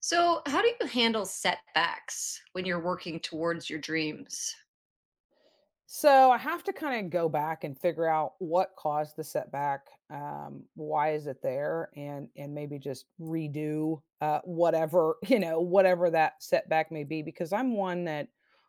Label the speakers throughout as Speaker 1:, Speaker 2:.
Speaker 1: So, how do you handle setbacks when you're working towards your dreams?
Speaker 2: So I have to kind of go back and figure out what caused the setback. Why is it there? And maybe just redo whatever whatever that setback may be. Because I'm one that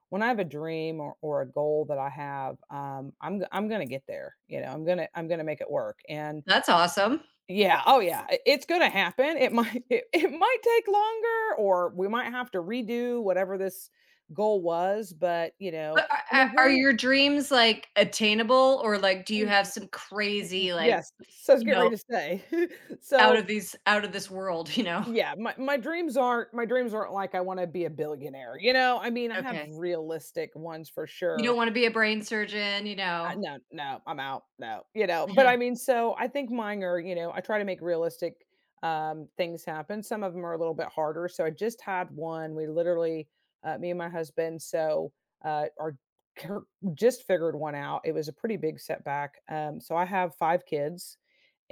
Speaker 2: when I have a dream or a goal that I have, I'm gonna get there. You know, I'm gonna make it work. And
Speaker 1: That's awesome.
Speaker 2: yeah, oh yeah, it's gonna happen. It might it might take longer, or we might have to redo whatever this goal was. But you know,
Speaker 1: But are,
Speaker 2: I
Speaker 1: are
Speaker 2: mean,
Speaker 1: are
Speaker 2: granted.
Speaker 1: your dreams like attainable, or like do you have some
Speaker 2: Y y
Speaker 1: crazy like,
Speaker 2: Yes, so I was
Speaker 1: you
Speaker 2: getting
Speaker 1: know,
Speaker 2: ready to say.
Speaker 1: out of
Speaker 2: So,
Speaker 1: this world, you know?
Speaker 2: yeah, my dreams aren't my dreams aren't like I wanna be a billionaire, you know? I mean, I have
Speaker 1: Okay.
Speaker 2: realistic ones for
Speaker 1: You don't
Speaker 2: sure,
Speaker 1: want to be a brain surgeon, you know.
Speaker 2: no, no, I'm out. No, you know, but I mean, so I think mine are, you know, I try to make realistic things happen. Some of them are a little bit harder. So I just had one. We literally, me and my husband, so are cur- just figured one out. It was a pretty big setback. So I have five kids,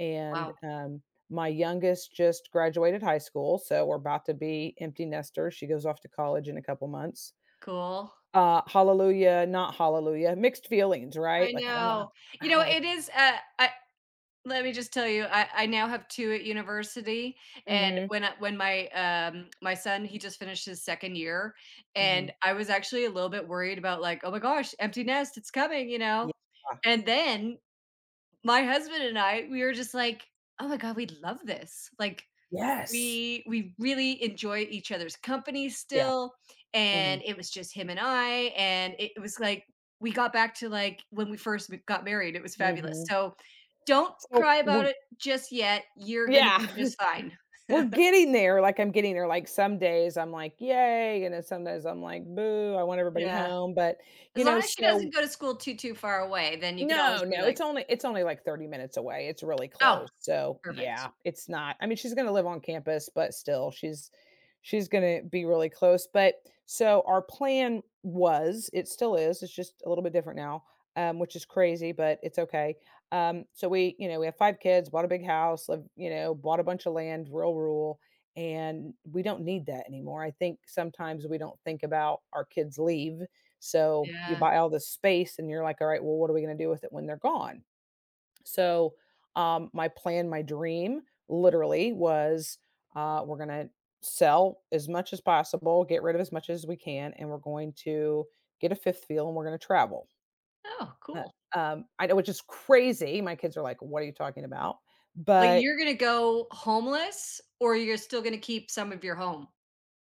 Speaker 2: and
Speaker 1: Wow,
Speaker 2: my youngest just graduated high school, so we're about to be empty nesters. She goes off to college in a couple months,
Speaker 1: cool.
Speaker 2: hallelujah, not hallelujah, mixed feelings,
Speaker 1: I
Speaker 2: right? Like, I don't know
Speaker 1: know. You know,
Speaker 2: how I
Speaker 1: it is let me just tell you, I now have 2 at university, and
Speaker 2: mhm,
Speaker 1: when my, my son, he just finished his 2nd year, and
Speaker 2: mhm.
Speaker 1: I was actually a little bit worried about, like, "Oh my gosh, empty nest, it's coming," you
Speaker 2: Yeah.
Speaker 1: know? And then my husband and I, we were just like, "Oh my god, we love this." Like,
Speaker 2: Yes.
Speaker 1: we really enjoy each other's company
Speaker 2: Yeah.
Speaker 1: still,
Speaker 2: Mhm,
Speaker 1: and it was just him and I, and it was like we got back to, like, when we first m got married, it was fabulous,
Speaker 2: mhm.
Speaker 1: so don't
Speaker 2: So,
Speaker 1: cry about
Speaker 2: we're
Speaker 1: it just yet, you're gonna be
Speaker 2: yeah,
Speaker 1: just fine.
Speaker 2: we're getting there, like, I'm getting there, like, some days I'm like, "Yay," and then some days I'm like, "Boo, I want everybody
Speaker 1: Yeah.
Speaker 2: home," but,
Speaker 1: As
Speaker 2: you
Speaker 1: long
Speaker 2: know,
Speaker 1: as she doesn't
Speaker 2: so
Speaker 1: go to school too, too far away, then you could always
Speaker 2: no,
Speaker 1: be
Speaker 2: no,
Speaker 1: like,
Speaker 2: it's only like 30 minutes away. It's really
Speaker 1: "Oh,
Speaker 2: close. So,
Speaker 1: perfect."
Speaker 2: yeah, it's not I mean, she's gonna live on campus, but still, she's gonna be really close. But so our plan was, it still is, it's just a little bit different now, which is crazy, but it's okay. So we, you know, we have five kids, bought a big house, live, you know, bought a bunch of land, real rural, and we don't need that anymore. I think sometimes we don't think about our kids leave so you
Speaker 1: Yeah.
Speaker 2: buy all this space and you're like, all right, well, what are we going to do with it when they're gone? So my plan, my dream literally was we're going to sell as much as possible, get rid of as much as we can, and we're going to get a fifth wheel and we're going to travel.
Speaker 1: Oh,
Speaker 2: Uh,
Speaker 1: cool.
Speaker 2: I know, which is crazy. My kids are like, what are you talking about?
Speaker 1: Like,
Speaker 2: But
Speaker 1: you're gonna go homeless, or you're still gonna keep some of your home?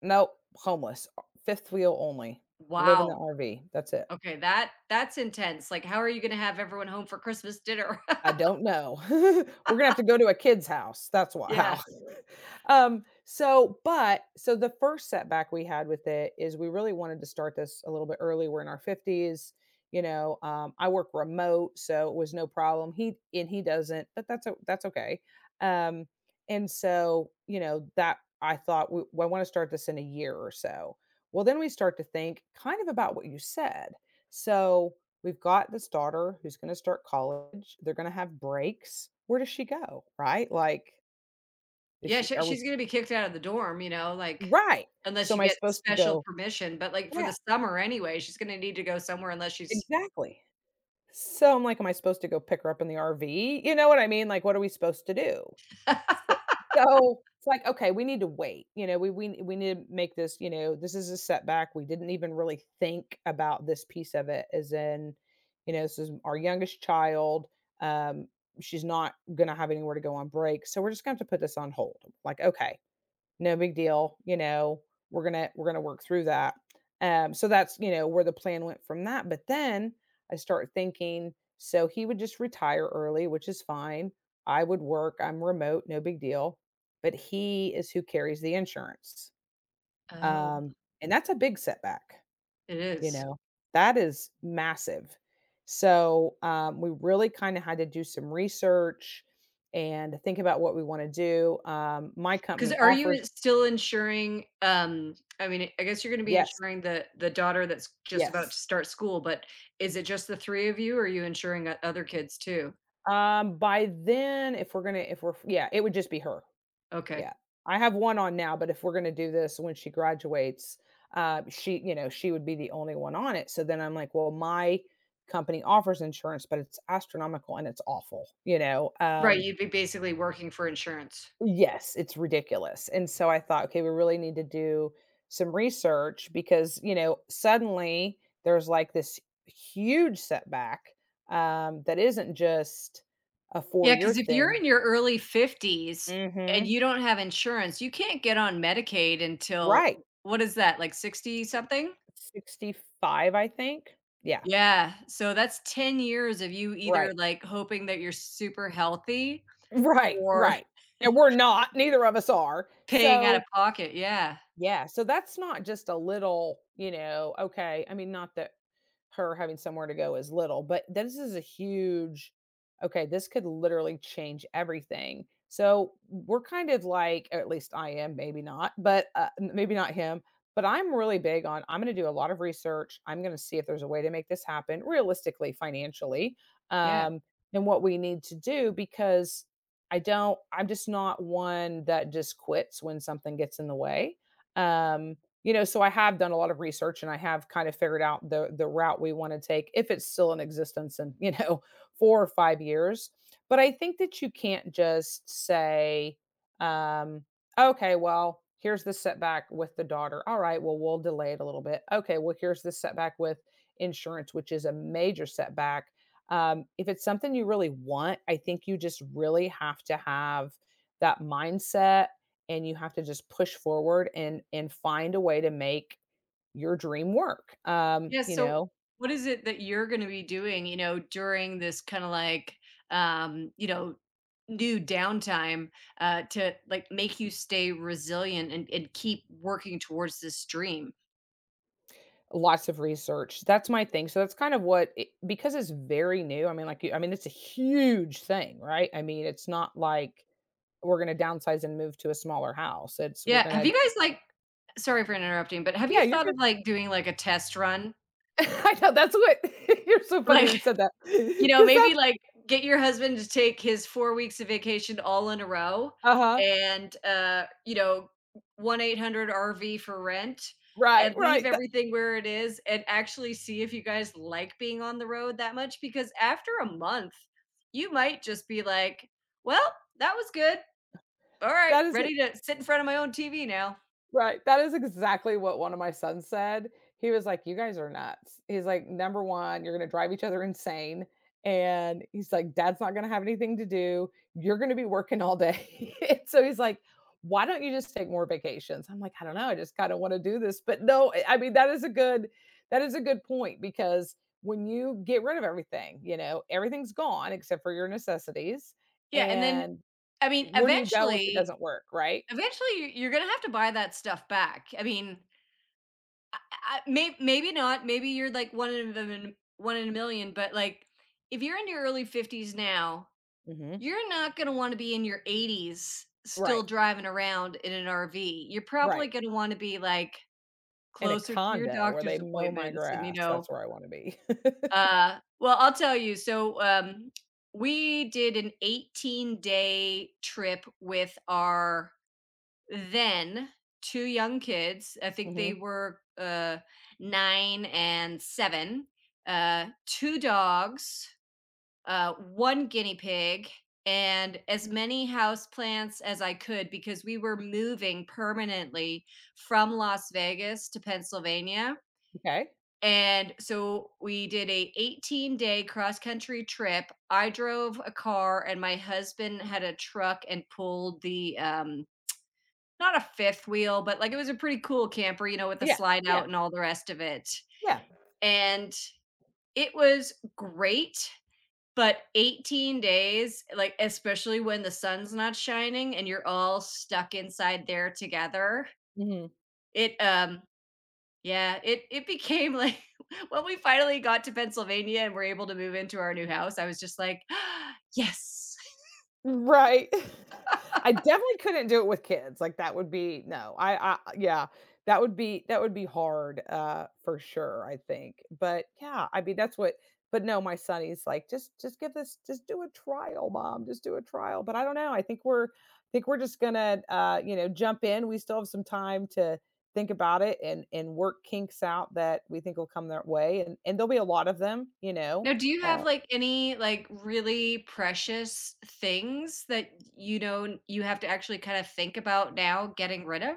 Speaker 2: nope, homeless, fifth wheel only, live in
Speaker 1: Wow.
Speaker 2: the RV. That's it.
Speaker 1: Okay, that's intense, like, how are you gonna have everyone home for Christmas dinner?
Speaker 2: I don't know. We're gonna have to go to a kid's house, that's wha
Speaker 1: Yeah.
Speaker 2: how. So but so the first setback we had with it is we really wanted to start this a little bit early, we're in our 50s, you know, I work remote, so it was no problem, he doesn't, but that's okay. Um, and so, you know, that I thought, "We I wanna start this in a year or so." Well, then we start to think kind of about what you said. So we've got this daughter who's gonna start college, they're gonna have breaks. Where does she go, right? Like, is
Speaker 1: Yeah,
Speaker 2: she
Speaker 1: she
Speaker 2: are we
Speaker 1: she's gonna be kicked out of the dorm, you know, like
Speaker 2: right.
Speaker 1: unless
Speaker 2: So
Speaker 1: you
Speaker 2: am I
Speaker 1: get
Speaker 2: supposed to
Speaker 1: special
Speaker 2: go
Speaker 1: permission, but, like, for the
Speaker 2: yeah,
Speaker 1: summer anyway, she's gonna need to go somewhere unless she's.
Speaker 2: exactly. So I'm like, am I supposed to go pick her up in the RV? You know what I mean? Like, what are we supposed to do? S So, it's like, okay, we need to wait, you know, we need to make this, you know, this is a setback, we didn't even really think about this piece of it as in, you know, this is our youngest child, um, she's not gonna have anywhere to go on break, so we're just gonna have to put this on hold. Like, okay, no big deal, you know, we're gonna work through that. So that's you know where the plan went from that. But then I start thinking, so he would just retire early, which is fine. I would work. I'm remote, no big deal. But he is who carries the insurance,
Speaker 1: Oh,
Speaker 2: um, and that's a big setback.
Speaker 1: it
Speaker 2: You
Speaker 1: is.
Speaker 2: know, that is massive. So we really kind of had to do some research and think about what we want to do. My
Speaker 1: Because
Speaker 2: company
Speaker 1: are you
Speaker 2: offers
Speaker 1: I still insuring, I mean, I guess you're gonna be
Speaker 2: yes.
Speaker 1: insuring the daughter that's just about to
Speaker 2: Yes.
Speaker 1: start school, but is it just the 3 of you, or are you insuring o other kids too?
Speaker 2: By then, if we're gonna if we're yeah, it would just be her.
Speaker 1: Okay.
Speaker 2: Yeah. I have one on now, but if we're gonna do this when she graduates, she, you know, she would be the only one on it. So then I'm like, well, my company offers insurance, but it's astronomical and it's awful, you know.
Speaker 1: Right, you'd be basically working for insurance.
Speaker 2: Yes, it's ridiculous, and so I thought, "Okay, we really need to do some research," because, you know, suddenly there's, like, this huge setback, that isn't just a
Speaker 1: Yeah,
Speaker 2: four-year
Speaker 1: because if you're
Speaker 2: thing.
Speaker 1: in your early 50s and
Speaker 2: Mhm.
Speaker 1: you don't have insurance, you can't get on Medicaid until
Speaker 2: Right.
Speaker 1: what is that, like 60 something?
Speaker 2: 65, I think? Yeah,
Speaker 1: Yeah, so that's 10 years of you either,
Speaker 2: right.
Speaker 1: like, hoping that you're super healthy,
Speaker 2: Right,
Speaker 1: or
Speaker 2: right, and we're not, neither of us are.
Speaker 1: paying out of
Speaker 2: So
Speaker 1: pocket, yeah,
Speaker 2: yeah, so that's not just a little, you know, okay, I mean, not that her having somewhere to go is little, but this is a huge, okay, this could literally change everything. So we're kind of like, or at least I am, maybe not, but maybe not him, but I'm really big on I'm going to do a lot of research. I'm going to see if there's a way to make this happen realistically, financially,
Speaker 1: yeah.
Speaker 2: um, and what we need to do because I don't, I'm just not one that just quits when something gets in the way. Um, you know, so I have done a lot of research and I have kind of figured out the route we want to take if it's still in existence in, you know, 4 or 5 years. But I think that you can't just say, um, "Okay, well, here's the setback with the daughter. All right, well, we'll delay it a little bit. Okay, well, here's the setback with insurance, which is a major setback." If it's something you really want, I think you just really have to have that mindset and you have to just push forward and find a way to make your dream work.
Speaker 1: Yeah,
Speaker 2: You
Speaker 1: so
Speaker 2: know,
Speaker 1: what is it that you're gonna be doing, you know, during this kinda, like, you know, new downtime, to, like, make you stay resilient and keep working towards this dream?
Speaker 2: lots of research. That's my thing. So that's kind of what it, because it's very new. I mean, like, I mean, it's a huge thing, right? I mean, it's not like we're going to downsize and move to a smaller house. It's we're
Speaker 1: Yeah, have
Speaker 2: going
Speaker 1: you
Speaker 2: to,
Speaker 1: guys, like, sorry for interrupting, but have you
Speaker 2: yeah, you're
Speaker 1: thought of,
Speaker 2: good.
Speaker 1: like, doing, like, a test run?
Speaker 2: I know that's what you're so funny
Speaker 1: Like,
Speaker 2: you said that
Speaker 1: you know,
Speaker 2: because
Speaker 1: maybe,
Speaker 2: that's
Speaker 1: like, get your husband to take his 4 weeks of vacation all in a row
Speaker 2: uh huh
Speaker 1: and, you know, 1-800-RV for rent
Speaker 2: right
Speaker 1: and leave
Speaker 2: right that
Speaker 1: everything where it is and actually see if you guys like being on the road that much, because after a month, you might just be like, "Well, that was good. Alright,
Speaker 2: that is
Speaker 1: ready to sit in front of my own TV now."
Speaker 2: right, that is exactly what one of my sons said. He was like, "You guys are nuts." He's like, "Number 1, you're gonna drive each other insane," and he's like, "Dad's not gonna have anything to do. You're gonna be working all day." And so he's like, "Why don't you just take more vacations?" I'm like, "I don't know. I just kinda wanna do this." But no, I mean, that is a good that is a good point because when you get rid of everything, you know, everything's gone except for your necessities,
Speaker 1: Yeah, and then
Speaker 2: and
Speaker 1: I mean,
Speaker 2: where do you go if it doesn't work, right?
Speaker 1: eventually you're gonna have to buy that stuff back. I mean, I I may maybe not, maybe you're like 1 in the 1 in a million, but, like, if you're in your early 50s now,
Speaker 2: Mhm.
Speaker 1: you're not gonna wanna be in your 80s still
Speaker 2: Right,
Speaker 1: driving around in an RV. You're probably
Speaker 2: right.
Speaker 1: gonna wanna be, like,
Speaker 2: In a
Speaker 1: closer to your
Speaker 2: condo where
Speaker 1: doctor's
Speaker 2: they mow my
Speaker 1: appointments and, you
Speaker 2: grass,
Speaker 1: know,
Speaker 2: that's where I wanna be.
Speaker 1: well, I'll tell you, so, we did an 18-day trip with our then two young kids, i think they
Speaker 2: Mhm,
Speaker 1: were uh nine and seven, two dogs, one guinea pig, and as many houseplants as I could, because we were moving permanently from las vegas to pennsylvania.
Speaker 2: okay.
Speaker 1: And so we did a 18-day cross country trip. I drove a car and my husband had a truck and pulled the, not a fifth wheel, but, like, it was a pretty cool camper, you know, with the
Speaker 2: Yeah,
Speaker 1: slide out
Speaker 2: yeah,
Speaker 1: and all the rest of it,
Speaker 2: yeah.
Speaker 1: and it was great, but 18 days, like, especially when the sun's not shining and you're all stuck inside there together,
Speaker 2: Mhm.
Speaker 1: it, yeah, it became, like when we finally got to Pennsylvania and were able to move into our new house, I was just like, "Yes."
Speaker 2: Right. I definitely couldn't do it with kids, like, that would be no, I yeah, that would be hard, for sure, I think, but, yeah, I mean, that's what but no, my son, he's like, just give this just do a trial, mom, just do a trial," but I don't know, I think we're just gonna, you know, jump in, we still have some time to think about it and work kinks out that we think will come their way, and there'll be a lot of them, you know,
Speaker 1: Now, do you have
Speaker 2: uh
Speaker 1: like any like really precious things that you know you have to actually kind of think about now getting rid of?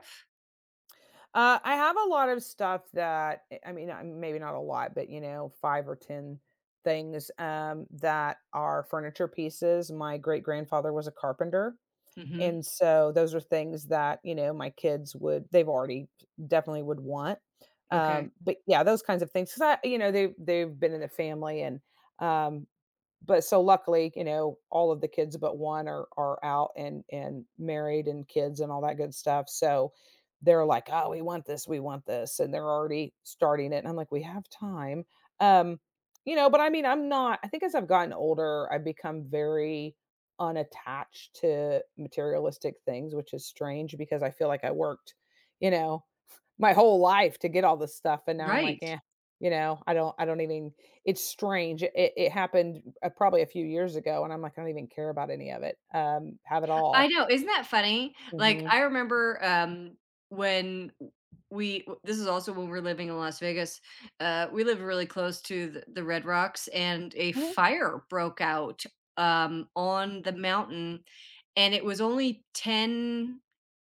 Speaker 2: I have a lot of stuff that eh, I mean, maybe not a lot, but you know, 5 or 10 things, that are furniture pieces. My great-grandfather was a carpenter,
Speaker 1: Mhm.
Speaker 2: and so those are things that, you know, my kids would they've already definitely would want.
Speaker 1: Okay.
Speaker 2: But yeah, those kinds of things 'cause I you know, they've been in the family and, um, but so luckily, you know, all of the kids but one are out and married and kids and all that good stuff. So they're like, "Oh, we want this," and they're already starting it. And I'm like, "We have time," um, you know. But I mean, I'm not. I think as I've gotten older, I've become very unattached to materialistic things, which is strange because I feel like I worked, you know, my whole life to get all this stuff, and now I'm like,
Speaker 1: Right.
Speaker 2: "Yeah, you know, I don't even it's strange. It happened probably a few years ago, and I'm like, I don't even care about any of it. Have it
Speaker 1: I
Speaker 2: all.
Speaker 1: know, isn't that funny? Like,
Speaker 2: hmm
Speaker 1: I remember, when w we w this is also when we're living in Las Vegas, we live really close to the Red Rocks, and a
Speaker 2: hmm
Speaker 1: fire broke out, on the mountain, and it was only 10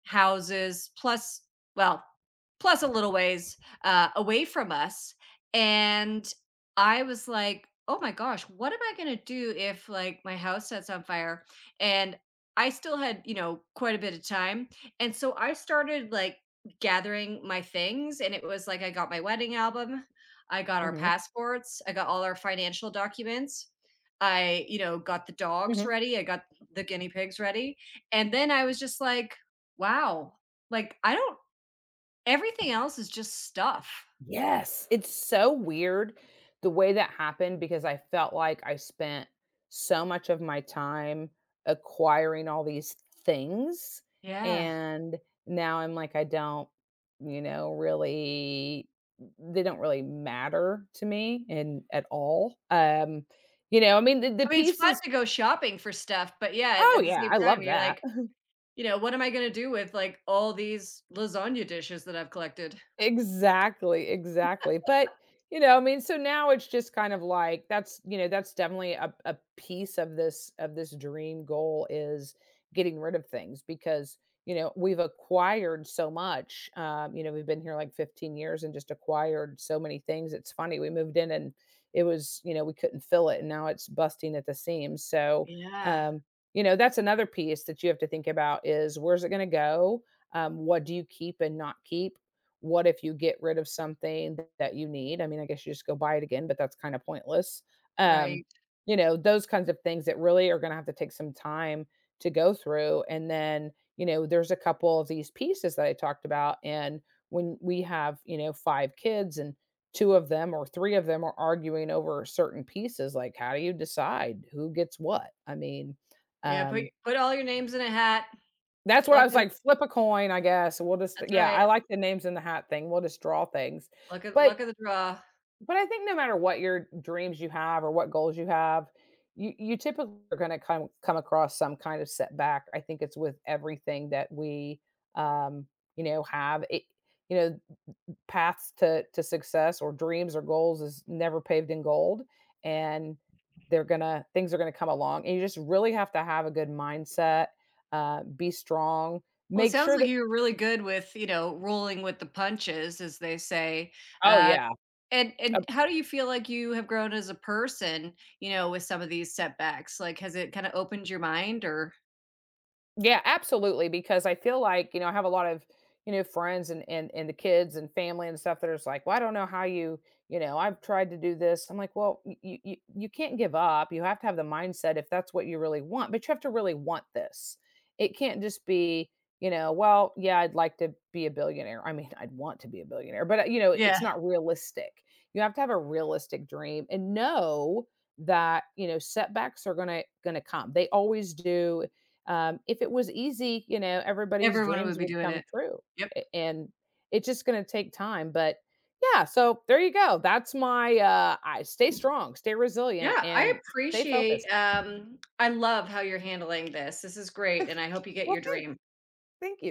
Speaker 1: houses plus, well, plus a little ways, away from us, and I was like, "Oh my gosh, what am I gonna do if, like, my house sets on fire?" And I still had, you know, quite a bit of time. And so I started like gathering my things. And it was like I got my wedding album, I got our
Speaker 2: hmm
Speaker 1: passports, I got all our financial documents. I, you know, got the dogs
Speaker 2: hmm
Speaker 1: ready, I got the guinea pigs ready. And then I was just like, wow, like I don't, everything else is just stuff.
Speaker 2: Yes, it's so weird the way that happened because I felt like I spent so much of my time acquiring all these things,
Speaker 1: Yeah.
Speaker 2: and now I'm like, I don't, you know, really. They don't really matter to me, and at all. You know, I mean, the
Speaker 1: I mean, it's fun
Speaker 2: pieces
Speaker 1: to go shopping for stuff, but yeah, at
Speaker 2: Oh,
Speaker 1: the
Speaker 2: yeah,
Speaker 1: same
Speaker 2: I
Speaker 1: time,
Speaker 2: love
Speaker 1: you're
Speaker 2: that.
Speaker 1: like, you know, what am I going to do with like all these lasagna dishes that I've collected?
Speaker 2: Exactly, exactly. But, you know, I mean, so now it's just kind of like that's, you know, that's definitely a piece of this dream goal is getting rid of things because, you know, we've acquired so much. You know, we've been here like 15 years and just acquired so many things. It's funny. We moved in and it was, you know, we couldn't fill it and now it's busting at the seams. So,
Speaker 1: Yeah,
Speaker 2: um, you know, that's another piece that you have to think about is where's it going to go? What do you keep and not keep? What if you get rid of something that you need? I mean, I guess you just go buy it again, but that's kind of pointless. Um,
Speaker 1: right.
Speaker 2: you know, those kinds of things that really are going to have to take some time to go through. And then, you know, there's a couple of these pieces that I talked about. And when we have, you know, five kids and two of them or three of them are arguing over certain pieces, like how do you decide who gets what? I mean,
Speaker 1: Yeah,
Speaker 2: um,
Speaker 1: put all your names in a hat.
Speaker 2: that's what I
Speaker 1: Luck
Speaker 2: was
Speaker 1: of
Speaker 2: like, flip a coin, I guess. We'll just
Speaker 1: That's
Speaker 2: yeah,
Speaker 1: right.
Speaker 2: I like the names in the hat thing. We'll just draw things.
Speaker 1: Luck of
Speaker 2: But
Speaker 1: luck of the draw.
Speaker 2: but I think no matter what your dreams you have or what goals you have, you typically are going to come across some kind of setback. I think it's with everything that we um, you know, have. It, you know, paths to success or dreams or goals is never paved in gold and they're gonna things are gonna come along and you just really have to have a good mindset, be strong,
Speaker 1: Well, it
Speaker 2: make
Speaker 1: sounds
Speaker 2: sure
Speaker 1: like
Speaker 2: that
Speaker 1: you were really good with, you know, rolling with the punches, as they say.
Speaker 2: oh
Speaker 1: Uh,
Speaker 2: yeah.
Speaker 1: and how do you feel like you have grown as a person, you know, with some of these setbacks? Like, has it kind of opened your mind, or
Speaker 2: Yeah, absolutely. Because I feel like, you know, I have a lot of, you know, friends and the kids and family and stuff that are just like, well, I don't know how you, you know, I've tried to do this. I'm like, well, you can't give up. You have to have the mindset if that's what you really want, but you have to really want this. It can't just be, you know, well, yeah, I'd like to be a billionaire. I mean, I'd want to be a billionaire, but you know,
Speaker 1: yeah,
Speaker 2: it's not realistic. You have to have a realistic dream and know that you know setbacks are gonna come, they always do. If it was easy, you know, everybody's
Speaker 1: everyone would
Speaker 2: dreams
Speaker 1: be
Speaker 2: would
Speaker 1: doing
Speaker 2: come
Speaker 1: it.
Speaker 2: true,
Speaker 1: Yep.
Speaker 2: and it's just going to take time. But yeah, so there you go. That's my I stay strong, stay resilient,
Speaker 1: Yeah, I
Speaker 2: and stay
Speaker 1: appreciate.
Speaker 2: focused.
Speaker 1: I love how you're handling this. This is great, and I hope you get
Speaker 2: Well,
Speaker 1: your
Speaker 2: thanks,
Speaker 1: dream.
Speaker 2: thank you.